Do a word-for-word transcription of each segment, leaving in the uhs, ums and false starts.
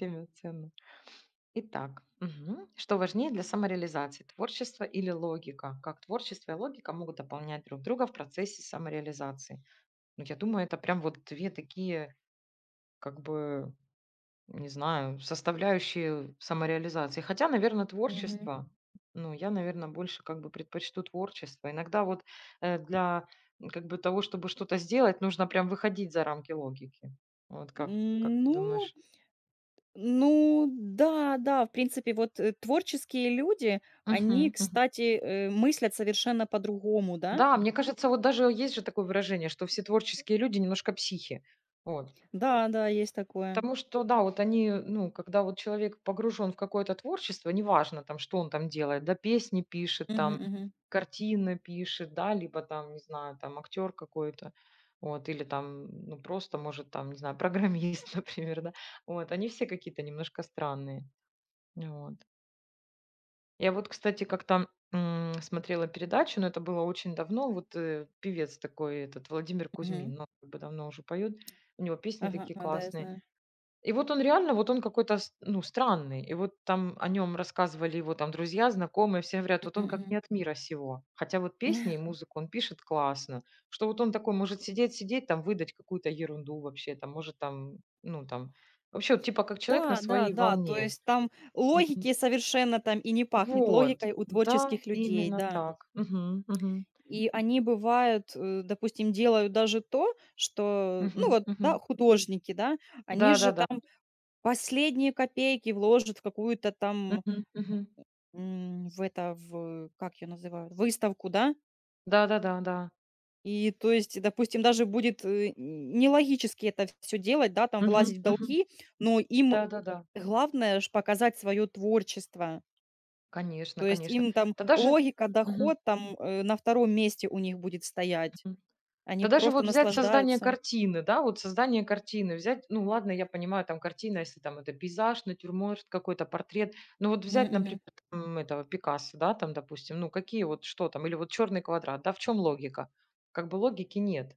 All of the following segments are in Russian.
Время ценно. Итак, мгм. Что важнее для самореализации, творчество или логика? Как творчество и логика могут дополнять друг друга в процессе самореализации? Ну, я думаю, это прям вот две такие, как бы, не знаю, составляющие самореализации. Хотя, наверное, Мгм. творчество, ну, я, наверное, больше как бы предпочту творчество. Иногда вот э, для м, как бы того, чтобы что-то сделать, нужно прям выходить за рамки логики. Вот как, как М, ты ну думаешь? ну да, да, в принципе, вот, э, творческие люди, они, Мгм, мгм. кстати, э, мыслят совершенно по-другому, да? Да, мне кажется, вот даже есть же такое выражение, что все творческие люди немножко психи. Вот. Да, да, есть такое. Потому что, да, вот они, ну, когда вот человек погружен в какое-то творчество, неважно там, что он там делает, да, песни пишет, Мгм, там, мгм, картины пишет, да, либо там, не знаю, там, актер какой-то, вот, или там, ну, просто, может, там, не знаю, программист, например, да, вот, они все какие-то немножко странные, вот. Я вот, кстати, как-то, м, смотрела передачу, но это было очень давно. Вот, э, певец такой, этот Владимир мгм. Кузьмин, но как бы давно уже поет. У него песни Ага, такие а, да, я классные. знаю. И вот он реально, вот он какой-то, с- ну, странный. И вот там о нем рассказывали его там друзья, знакомые, все говорят, вот он Мгм, как мгм. не от мира сего. Хотя вот песни и музыку он пишет классно. Что вот он такой может сидеть-сидеть, там выдать какую-то ерунду вообще, там может там, ну, там, вообще вот типа как человек на Да, да, своей да, то волне. есть там логики совершенно там и не пахнет Вот, логикой у да, творческих людей, именно да. так. Мгм, мгм, И они бывают, э, допустим, делают даже то, что, ну мгм, вот, да, мгм. художники, да, они же Да-да-да. там последние копейки вложит в какую-то там, Мгм, мгм. м, в это, в, как ее называют, выставку, да. Да-да-да, да. Да, да. И то есть, допустим, даже будет, э, н нелогически это все делать, да, там Мгм, влазить в мгм. долги, но им Да-да-да. главное ж показать свое творчество. Конечно, То есть конечно. им там Да даже логика, мгм, доход там, э, на втором месте у них будет стоять. мгм. Они Да даже просто вот взять создание наслаждаются. картины, да, вот создание картины, взять, ну ладно, я понимаю, там картина, если там это пейзаж, натюрморт, какой-то портрет, но вот Мгм, взять, например, мгм. там, этого Пикассо, да, там, допустим, ну какие вот, что там, или вот черный квадрат, да, в чем логика? Как бы логики нет.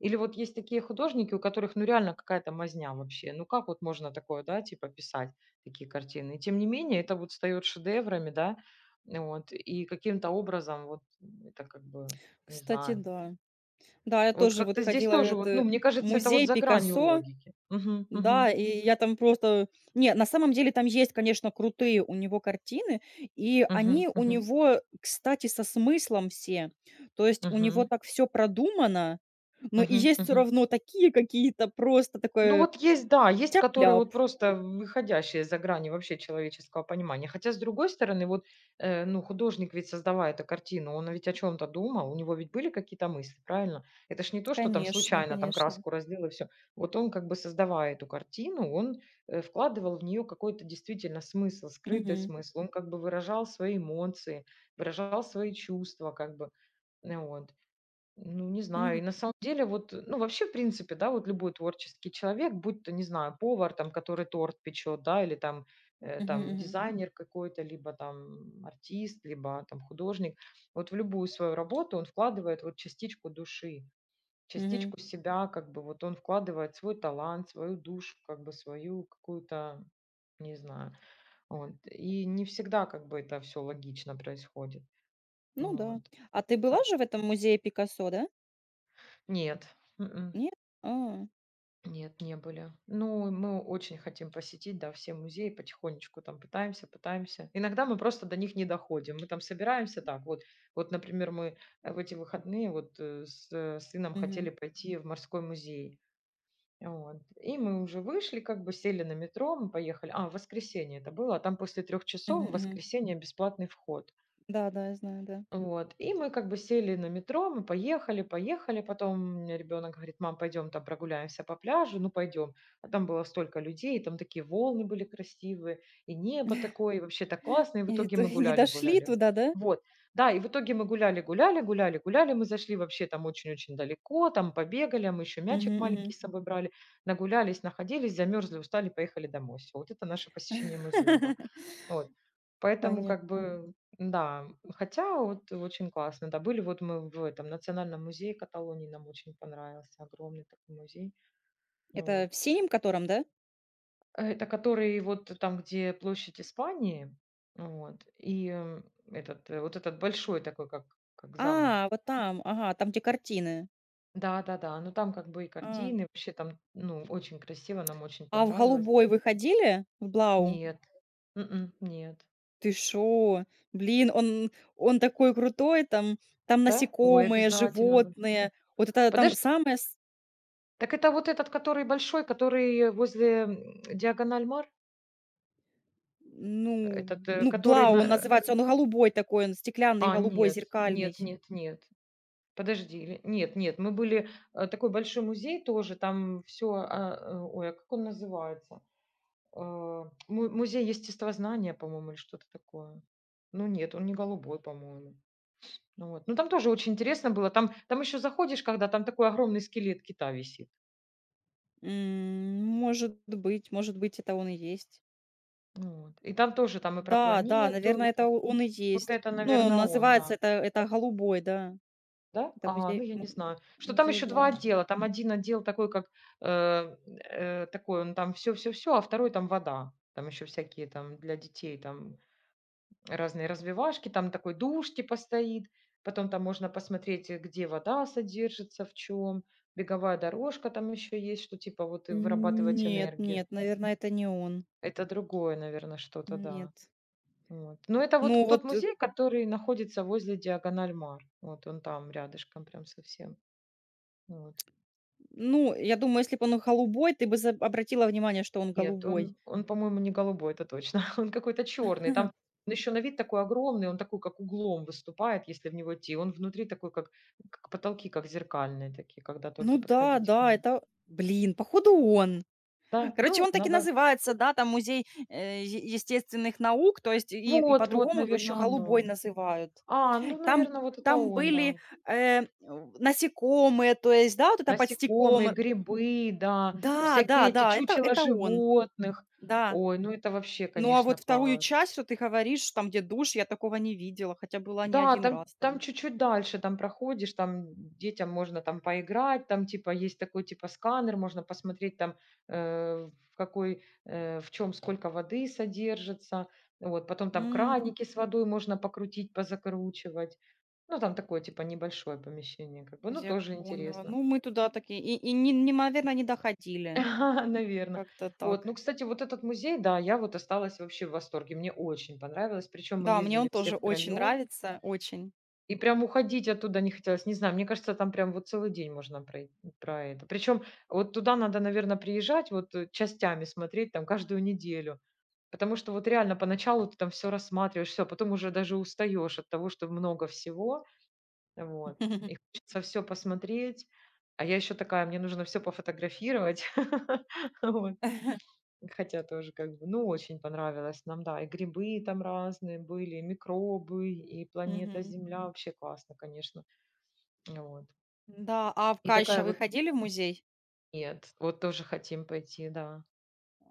Или вот есть такие художники, у которых, ну реально какая-то мазня вообще, ну как вот можно такое, да, типа писать такие картины. И тем не менее, это вот встает шедеврами, да, вот, и каким-то образом вот это как бы, не Кстати, знаю. да. Да, я Вот тоже вот как-то здесь ходила в тоже вот, ну, этот мне кажется, это вот музей за гранью Пикассо. логики. Мгм, Да, мгм, и я там просто нет, на самом деле там есть, конечно, крутые у него картины, и мгм, они у мгм, него, кстати, со смыслом все. То есть у него мгм, так все продумано, но и мгм, есть все мгм. равно такие какие-то просто Ну, такое вот есть, да, есть, которые тяп-ляп. вот просто выходящие за грани вообще человеческого понимания. Хотя, с другой стороны, вот, э, ну, художник ведь, создавая эту картину, он ведь о чем то думал, у него ведь были какие-то мысли, правильно? Это ж не то, что там Конечно, случайно там конечно. краску разлил и все. Вот он, как бы создавая эту картину, он, э, вкладывал в нее какой-то действительно смысл, скрытый Мгм. смысл. Он как бы выражал свои эмоции, выражал свои чувства, как бы. Ну Вот. Ну, не знаю. Мгм. И на самом деле, вот, ну, вообще, в принципе, да, вот любой творческий человек, будь то, не знаю, повар, там, который торт печет, да, или там, э, Мгм. там Мгм. дизайнер какой-то, либо там артист, либо там художник, вот в любую свою работу он вкладывает вот частичку души, Мгм. частичку себя, как бы вот он вкладывает свой талант, свою душу, как бы свою какую-то, не знаю, вот. И не всегда как бы это все логично происходит. Ну да. Вот. А ты А- была же в этом музее Пикассо, да? Нет. Мгм. Нет? А. Нет, не были. Ну, мы очень хотим посетить, да, все музеи, потихонечку там пытаемся, пытаемся. Иногда мы просто до них не доходим. Мы там собираемся так. Вот, вот например, мы э, в эти выходные вот э, с э, сыном Мгм. хотели пойти в морской музей. Вот. И мы уже вышли, как бы сели на метро, мы поехали. А, в воскресенье это было, а там после трех Мгм. часов в Мгм. воскресенье бесплатный вход. Да, да, я знаю, да. Вот. И мы как бы сели на метро, мы поехали, поехали. Потом у меня ребенок говорит, мам, пойдем там прогуляемся по пляжу, ну пойдем. А там было столько людей, там такие волны были красивые, и небо такое, и вообще так классно. И в И вы итоге то мы не гуляли, дошли гуляли. туда, да? Вот, да, и в итоге мы гуляли, гуляли, гуляли, гуляли, мы зашли вообще там очень-очень далеко, там побегали, а мы еще Мгм. мячик маленький Мгм. с собой брали, нагулялись, находились, замерзли, устали, поехали домой. Все, вот это наше посещение музея было. Вот. Поэтому как Понятно. бы, да, хотя вот очень классно, да. Были вот мы в этом Национальном музее Каталонии, нам очень понравился, огромный такой музей. Это Вот. в синем котором, да? Это который вот там, где площадь Испании, вот, и, м, этот, э, вот этот большой такой, как как замок. А, вот там, ага, там, где картины. Да-да-да, ну там как бы и А. картины, вообще там, ну, очень красиво, нам очень А в понравилось. голубой вы ходили? В Блау? Нет, м нет. Ты шо? Блин, он он такой крутой, там там Да? Ой, насекомые, обязательно надо. животные. Вот это Подож там самое с Так это вот этот, который большой, который возле, м, Диагональ Мар? ну Этот, э, ну, который Блау на он э, называется, он голубой такой, он стеклянный, а, голубой, нет, зеркальный. нет, нет, нет. Подожди, или нет, нет, мы были, э, такой большой музей тоже, там все, ой, а как он называется? Э, му музей естествознания, по-моему, или что-то такое. Ну нет, он не голубой, по-моему. Ну Вот. Ну, там тоже очень интересно было. Там там еще заходишь, когда там такой огромный скелет кита висит. М, может быть может быть, это он и есть. Ну Вот. И там тоже там и про Да, да, планету, и наверное, это про о он и Вот есть. это, Ну, он наверное, он, называется да. это это "Голубой", да. Да? Это А, ну музей я не му знаю. Что там музей еще два Блау. отдела. Там один отдел такой, как, э, э, такой, он там все, все, все, а второй там вода. Там еще всякие там для детей там разные развивашки, там такой душ типа стоит. Потом там можно посмотреть, э, где вода содержится, в чем Беговая дорожка там еще есть, что типа вот и вырабатывать Нет, энергию. нет, наверное, это не он. Это другое, наверное, что-то, да. Нет. Вот. Но это Ну вот тот вот, э, музей, который находится возле Диагональ Мар. Вот он там рядышком прям совсем. Вот. ну, я думаю, если бы он голубой, ты бы за обратила внимание, что он Нет, голубой. он он, по-моему, не голубой, это точно. Он какой-то черный. Там он еще на вид такой огромный, он такой, как углом выступает, если в него идти. Он внутри такой, как, как потолки, как зеркальные такие, когда Ну только да, подходить к да, нему. это блин, походу, он. Да, Короче, ну, он так и надо... называется, да, там музей, э, е естественных наук, то есть и и Вот, вот, по-другому его еще наверное, голубой оно. называют. А, ну, Там наверное, вот это там он, были, да. э, в насекомые, то есть, да, вот это под стеклом. Насекомые, Э, грибы, да, да, да, всякие эти да, это чучела это он, животных. да. Ой, ну это вообще, Ну, а конечно, вот вторую класс. часть, что ты говоришь, там, где душ, я такого не видела, хотя была не Да, один там раз там там. чуть-чуть дальше там проходишь, там детям можно там поиграть, там типа есть такой типа сканер, можно посмотреть там, э, в какой, э, в чем сколько воды содержится. Вот, потом там М, краники с водой можно покрутить, позакручивать. Ну, там такое типа небольшое помещение как бы, ну, я тоже поняла. интересно, Ну, мы туда такие и и не не наверно, не доходили. наверное. Как-то Вот, ну, так. кстати, вот этот музей, да, я вот осталась вообще в восторге, мне очень понравилось. Причем мы Да, мне он ездили все тоже очень втроем. нравится, очень. И прям уходить оттуда не хотелось. Не знаю, мне кажется, там прям вот целый день можно про, про это. Причем вот туда надо, наверное, приезжать, вот э, частями смотреть там каждую неделю. Потому что вот реально поначалу ты там все рассматриваешь, все, потом уже даже устаешь от того, что много всего, вот. И хочется все посмотреть. А я еще такая, мне нужно все пофотографировать. Вот. Хотя тоже как бы, ну, очень понравилось нам, да. И грибы там разные были, и микробы, и планета Мгм. Земля. Вообще классно, конечно. Вот. Да, а в И такая Кайща вы вот: ходили в музей? "Нет, вот тоже хотим пойти". Да.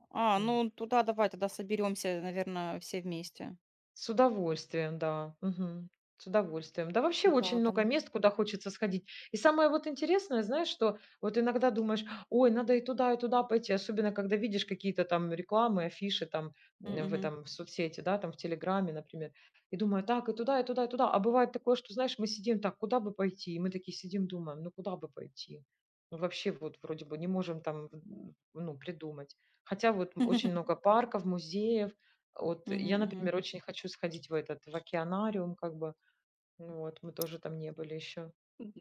А, М. ну туда давай тогда соберемся, наверное, все вместе. С удовольствием, да. Мгм. С удовольствием. Да, вообще Да, очень много там. мест, куда хочется сходить. И самое вот интересное, знаешь, что вот иногда думаешь: "Ой, надо и туда, и туда пойти". Особенно, когда видишь какие-то там рекламы, афиши там, м, в Мгм. этом, в соцсети, да, там в "Телеграме", например. И думаю: "Так, и туда, и туда, и туда". А бывает такое, что, знаешь, мы сидим так: "Куда бы пойти?" И мы такие сидим, думаем: "Ну, куда бы пойти?" Ну, вообще вот вроде бы не можем там, м, ну, придумать. Хотя вот очень много парков, музеев, вот Мгм, я, мгм. например, очень хочу сходить в этот, в океанариум, как бы. Ну вот, мы тоже там не были еще.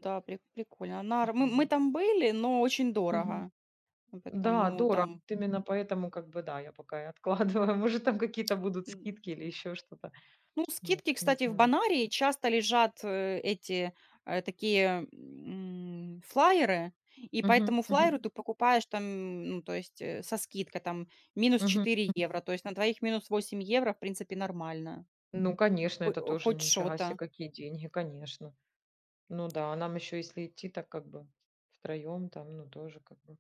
Да, при- прикольно. На Мы мы Вот. там были, но очень Мгм. дорого. Да, Поэтому дорого. там. Вот Именно поэтому, как бы, да, я пока и откладываю. Может, там какие-то будут скидки или еще что-то. Ну, Ну, вот, скидки, не кстати, в знаю. Бонарии часто лежат э, эти э, такие м, флаеры, и по Мгм, этому мгм, флаеру ты покупаешь там, ну, то есть э, со скидкой там минус мгм. четыре евро, то есть на двоих минус восемь евро, в принципе, нормально. Ну, конечно, это Хо- тоже Хоть нифига себе что-то. какие деньги, конечно. Ну да, а нам еще если идти, так как бы втроем там, ну тоже как бы.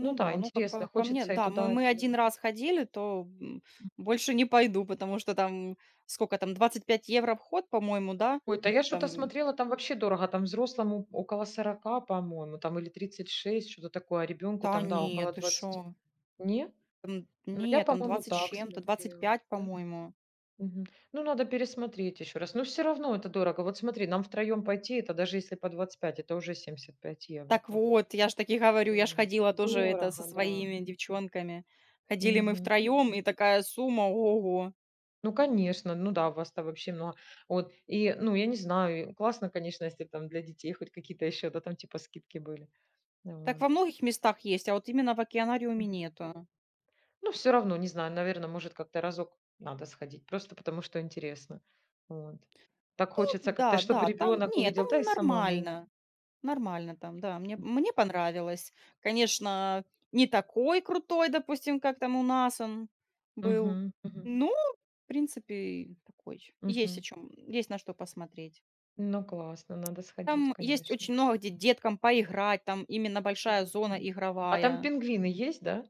Ну да, да, ну как интересно, по, по мне, хочется и да, мы, туда, и мы туда. один раз ходили, то м, больше не пойду, потому что там сколько там, двадцать пять евро вход, по-моему, да? Ой, да я что-то Там, смотрела, там вообще дорого, там взрослому около сорока, по-моему, там или тридцать шесть что-то такое, а ребенку да там, да, нет, около ты шо? двадцати. Не? М, Ну, я, не, там по-моему, двадцать с так чем-то, двадцать смотрела, пять, да? по-моему. Мгм. Ну, надо пересмотреть еще раз. Но все равно это дорого. Вот смотри, нам втроем пойти, это даже если по двадцать пять, это уже семьдесят пять евро, Так как бы. вот, я ж таки говорю, я ж М, ходила тоже это со Дорого, да. своими девчонками. Ходили мы Мгм. втроем, и такая сумма, ого. Ну, конечно, ну да, у вас-то вообще много. Вот, и, ну, я не знаю, и классно, конечно, если там для детей хоть какие-то еще, да, там типа скидки были. Так Вот. во многих местах есть, а вот именно в океанариуме Мгм, нету. мгм. Ну, все равно, не знаю, наверное, может, как-то разок надо сходить, просто потому что интересно. Вот. Так хочется Ну как-то, да, чтобы да, там, ребенок не, там увидел, да и самому. нормально. Нормально там, да. Мне, М. мне понравилось. Конечно, не такой крутой, допустим, как там у нас он был. Мгм, мгм, Но, в принципе, такой. Есть о мгм. чем, есть на что посмотреть. Ну, классно, надо сходить, Там есть конечно. очень много, где деткам поиграть, там именно большая Мгм. зона Мгм. А там игровая. пингвины есть, да?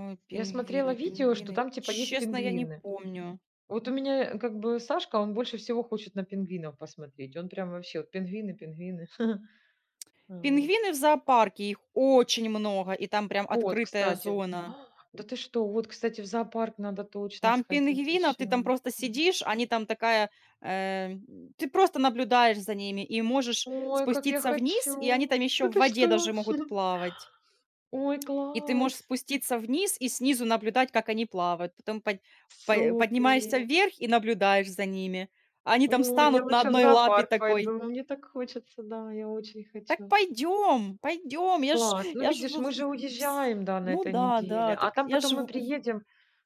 Ой, Я пингвины, смотрела видео, что пингвины. там типа есть Честно, я не пингвины. помню. Вот у меня, э, как бы Сашка, он больше всего хочет на пингвинов посмотреть. Он прям вообще вот пингвины, пингвины. Вот. Пингвины в зоопарке, их очень много, и там прям Вот, открытая кстати. зона. А, Да ты что? Вот, кстати, в зоопарк надо точно Там сходить пингвинов, ты еще. там просто сидишь, они там такая, э, ты просто наблюдаешь за ними и можешь Ой, как я спуститься вниз, и они хочу! там еще Да в ты воде даже что? могут плавать. Ой, И ты класс! можешь спуститься вниз и снизу наблюдать, как они плавают. Потом под по поднимаешься Супер! вверх и наблюдаешь за ними. Они там Ой, я станут на лучше в одной лапе зоопарк такой: пойду. Мне так хочется, да, я очень "Так хочу. пойдем, пойдем, я ж Класс. Ну, я ж видишь, в в мы же вс" уезжаем, да, на Ну этой да, неделе, да, так а там я ж потом мы в в приедем,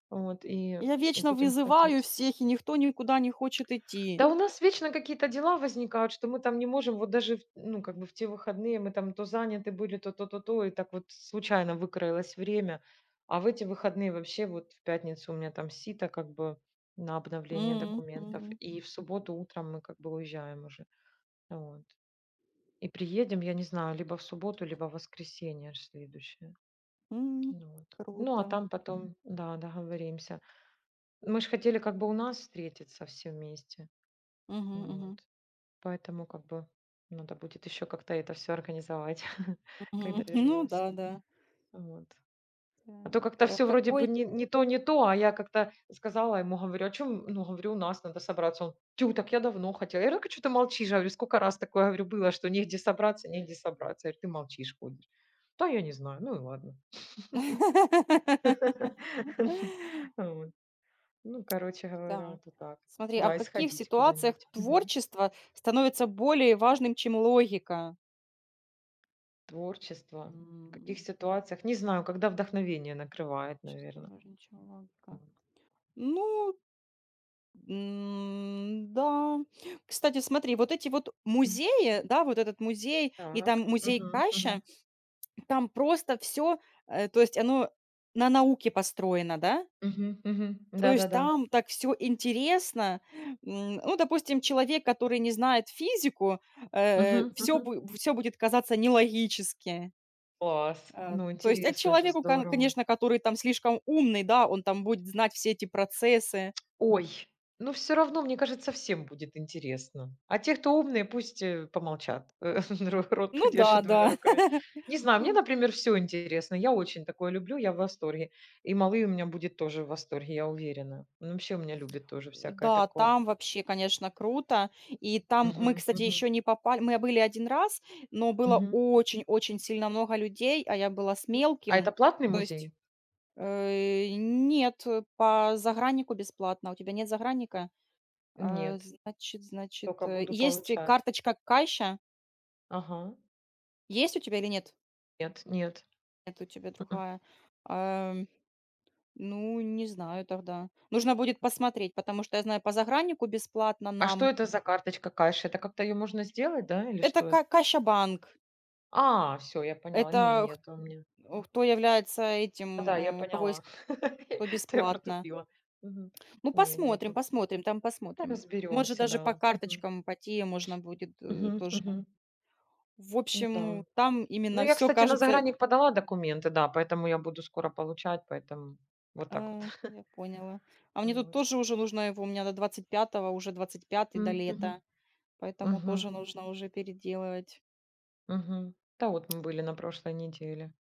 вот, и я и вечно будем вызываю ходить. всех, и никто никуда не хочет идти. Да у нас вечно какие-то дела возникают, что мы там не можем, вот даже, в- ну, как бы в те выходные мы там то заняты были, то то, то, то, и так вот случайно выкроилось время. А в эти выходные вообще вот в пятницу у меня там сито как бы на обновление М, документов, мгм, и в субботу утром мы как бы уезжаем уже. Вот. И приедем, я не знаю, либо в субботу, либо в воскресенье аж следующее. м, Ну Вот. Ну, а круто. там потом, да, договоримся. Мы же хотели как бы у нас встретиться все вместе. Мгм, мгм, Вот. Поэтому как бы надо будет еще как-то это все организовать, когда мгм. Ну вернемся. да, да. Вот. А то Так, как-то а в все вроде бы какой. не не то, не то, а я как-то сказала ему, говорю: "А чем? ну, говорю, у нас надо собраться". Он: "Тю, так я давно хотел". Я говорю: что ты молчишь?" Говорю: "Сколько раз такое, говорю, было, что негде собраться, негде собраться". Я говорю: "Ты молчишь, ходишь". "Да я не знаю". Ну и ладно. Вот. Ну, короче говоря, Так, вот так. смотри, а в Да, и каких сходить ситуациях куда-нибудь. творчество становится более важным, чем логика? Творчество. В каких М, ситуациях? Не знаю, когда вдохновение накрывает, Творчество наверное. важнее, чем логика. Ну, м, да. Кстати, смотри, вот эти вот музеи, да, вот этот музей и там Так. музей Мгм, Каща, мгм. там просто все, то есть оно на науке построено, да? Мгм, мгм. То есть Да-да-да. там так все интересно. М, ну, допустим, человек, который не знает физику, Мгм, все мгм. всё будет казаться нелогически. Класс. Э, Ну, то есть это интересно же, человеку, кон здорово. конечно, который там слишком умный, да, он там будет знать все эти процессы. Ой, ну, все равно, мне кажется, всем будет интересно. А те, кто умные, пусть, э, помолчат, э, ро рот Ну да, подержат двумя да. руками. Не знаю, мне, например, все интересно. Я очень такое люблю, я в восторге. И малый у меня будет тоже в восторге, я уверена. Он вообще у меня любит тоже всякое Да, такое. там вообще, конечно, круто. И там мы, Мгм, кстати, мгм, еще не попали. Мы были один раз, но было мгм. очень-очень сильно много людей, а я была с А мелким. это платный То есть. музей? Э, нет, э, по заграннику бесплатно. У тебя нет загранника? М, А, Нет, значит, значит, только э, буду есть и получать. карточка кэша? Ага. Есть у тебя или нет? Нет, нет. Нет, у тебя м другая. Ам, ну, не знаю тогда. Нужно будет посмотреть, потому что я знаю, по заграннику бесплатно А что нам. это за карточка кэш? Это как-то ее можно сделать, да, или Это что ка это? Каша-банк. А, все, я поняла. Не, Это хт нет у меня. э, кто является А, этим, Да, я э, у кого поняла. есть кто Это я бесплатно. протупила. Мгм. Ну, Не, нет. посмотрим, посмотрим, там посмотрим. Может, разберемся, даже по да. Мгм. карточкам, по те можно будет, э, Мгм, тоже. мгм. В Ну общем, да. там Ну, именно я, все кстати, на кажется. заграник подала документы, да, поэтому я буду скоро получать, поэтому вот А, так вот. я поняла. А мне тут Вот. тоже уже нужно его у меня до двадцать пятого уже двадцать пятый Мгм, до мгм, лета, поэтому мгм. тоже нужно уже переделывать. Мгм. Да, вот мы были на прошлой неделе.